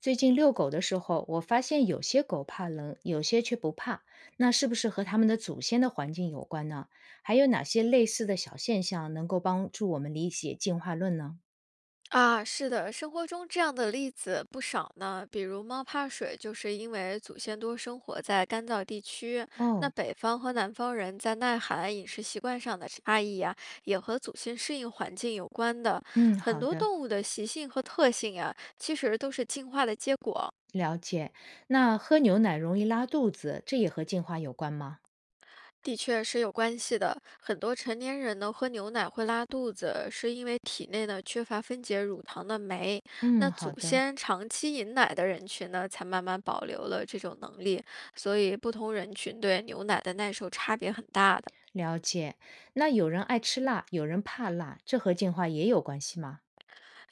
最近遛狗的时候，我发现有些狗怕冷，有些却不怕，那是不是和它们的祖先的环境有关呢？还有哪些类似的小现象能够帮助我们理解进化论呢？啊，是的，生活中这样的例子不少呢。比如猫怕水，就是因为祖先多生活在干燥地区。那哦，北方和南方人在耐寒、饮食习惯上的差异呀、也和祖先适应环境有关的。嗯，很好多的，动物的习性和特性呀、其实都是进化的结果。了解。那喝牛奶容易拉肚子，这也和进化有关吗？的确是有关系的。很多成年人呢喝牛奶会拉肚子，是因为体内呢缺乏分解乳糖的酶。嗯，那好祖的，先长期饮奶的人群呢，才慢慢保留了这种能力。所以不同人群对牛奶的耐受差别很大的。了解。那有人爱吃辣，有人怕辣，这和进化也有关系吗？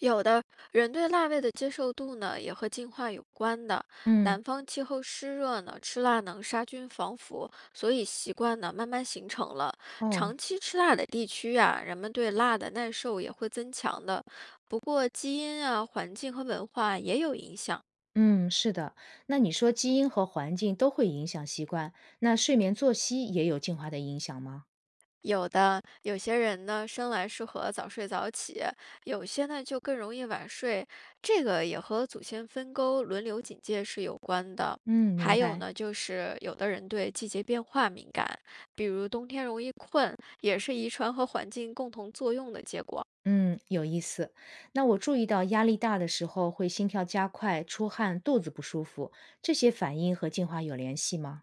有的人对辣味的接受度呢，也和进化有关的。嗯，南方气候湿热呢，吃辣能杀菌防腐，所以习惯呢慢慢形成了。哦。长期吃辣的地区啊，人们对辣的耐受也会增强的。不过基因啊、环境和文化也有影响。嗯，是的。那你说基因和环境都会影响习惯，那睡眠作息也有进化的影响吗？有的，有些人呢生来适合早睡早起，有些呢就更容易晚睡，这个也和祖先分沟、轮流警戒是有关的。嗯，明还有白。呢，就是有的人对季节变化敏感，比如冬天容易困，也是遗传和环境共同作用的结果。嗯，有意思。那我注意到压力大的时候会心跳加快、出汗、肚子不舒服，这些反应和进化有联系吗？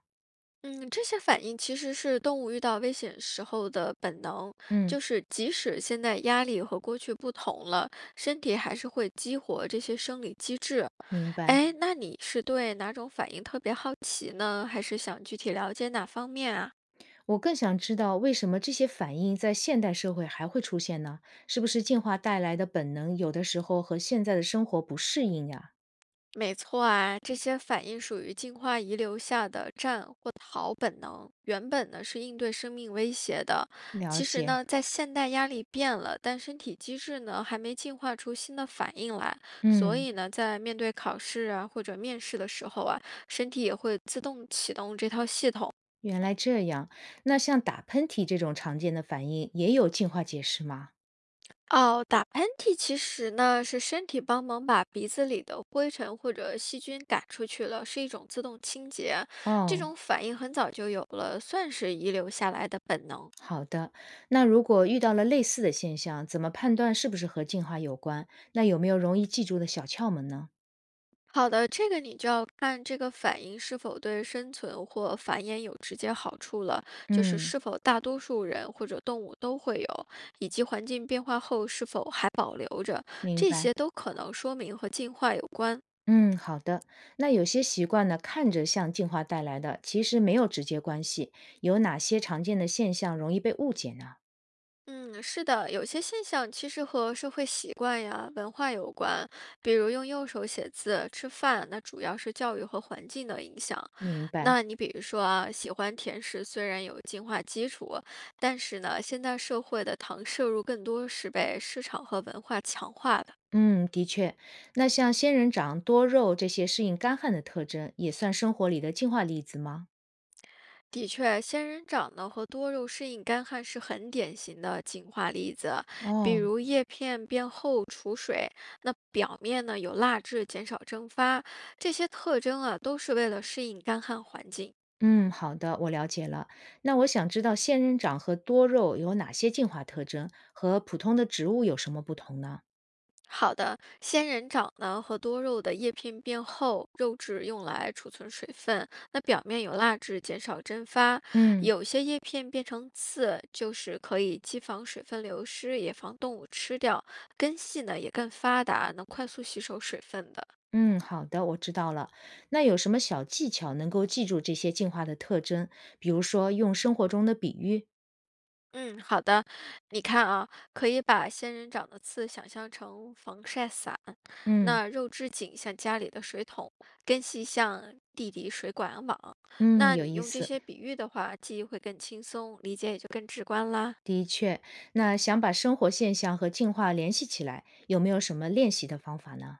嗯，这些反应其实是动物遇到危险时候的本能，嗯，就是即使现在压力和过去不同了，身体还是会激活这些生理机制。明白。哎，那你是对哪种反应特别好奇呢？还是想具体了解哪方面啊？我更想知道为什么这些反应在现代社会还会出现呢？是不是进化带来的本能有的时候和现在的生活不适应呀？没错啊，这些反应属于进化遗留下的战或逃本能，原本呢是应对生命威胁的。了其实解。呢，在现代压力变了，但身体机制呢还没进化出新的反应来，所嗯。以呢，在面对考试啊或者面试的时候啊，身体也会自动启动这套系统。原来这样，那像打喷嚏这种常见的反应，也有进化解释吗？哦，打喷嚏其实呢是身体帮忙把鼻子里的灰尘或者细菌赶出去了，是一种自动清洁。这哦，种反应很早就有了，算是遗留下来的本能。好的。那如果遇到了类似的现象，怎么判断是不是和进化有关？那有没有容易记住的小窍门呢？好的，这个你就要看这个反应是否对生存或繁衍有直接好处了，就是嗯，是否大多数人或者动物都会有，以及环境变化后是否还保留着，明这白。些都可能说明和进化有关。嗯，好的。那有些习惯呢，看着像进化带来的，其实没有直接关系。有哪些常见的现象容易被误解呢？嗯，是的，有些现象其实和社会习惯呀、文化有关，比如用右手写字、吃饭，那主要是教育和环境的影响。明白。那你比如说啊，喜欢甜食虽然有进化基础，但是呢，现代社会的糖摄入更多是被市场和文化强化的。嗯，的确，那像仙人掌、多肉这些适应干旱的特征，也算生活里的进化例子吗？的确，仙人掌呢和多肉适应干旱是很典型的进化例子，比哦，如叶片变厚储水，那表面呢有蜡质减少蒸发，这些特征啊都是为了适应干旱环境。嗯，好的，我了解了。那我想知道仙人掌和多肉有哪些进化特征，和普通的植物有什么不同呢？好的，仙人掌呢和多肉的叶片变厚，肉质用来储存水分，那表面有蜡质减少蒸发。嗯有些叶片变成刺，就是可以既防水分流失，也防动物吃掉。根系呢也更发达，能快速吸收水分的。嗯，好的，我知道了。那有什么小技巧能够记住这些进化的特征？比如说用生活中的比喻？嗯，好的，你看啊，可以把仙人掌的刺想象成防晒伞。嗯那肉质井像家里的水桶，根系像地底水管网。嗯，那有你意用这思。些比喻的话，记忆会更轻松，理解也就更直观啦。的确，那想把生活现象和进化联系起来，有没有什么练习的方法呢？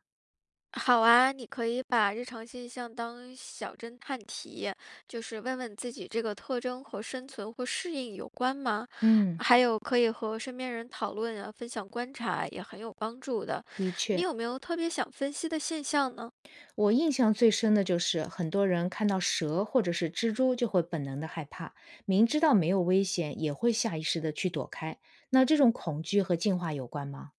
好啊，你可以把日常现象当小侦探题，就是问问自己这个特征和生存或适应有关吗？嗯，还有可以和身边人讨论啊，分享观察也很有帮助的。的你确，有没有特别想分析的现象呢？我印象最深的就是很多人看到蛇或者是蜘蛛就会本能的害怕，明知道没有危险，也会下意识的去躲开。那这种恐惧和进化有关吗？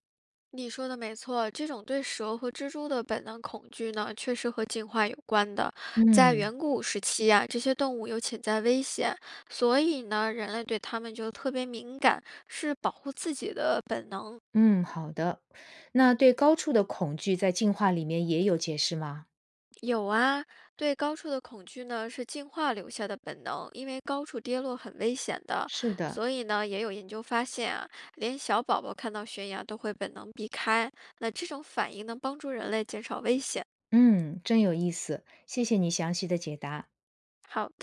你说的没错，这种对蛇和蜘蛛的本能恐惧呢，确实和进化有关的。在嗯，远古时期啊，这些动物有潜在危险，所以呢，人类对它们就特别敏感，是保护自己的本能。嗯，好的。那对高处的恐惧在进化里面也有解释吗？有啊，对高处的恐惧呢，是进化留下的本能，因为高处跌落很危险的，是的，所以呢，也有研究发现啊，连小宝宝看到悬崖都会本能避开。那这种反应能帮助人类减少危险。嗯，真有意思，谢谢你详细的解答。好的。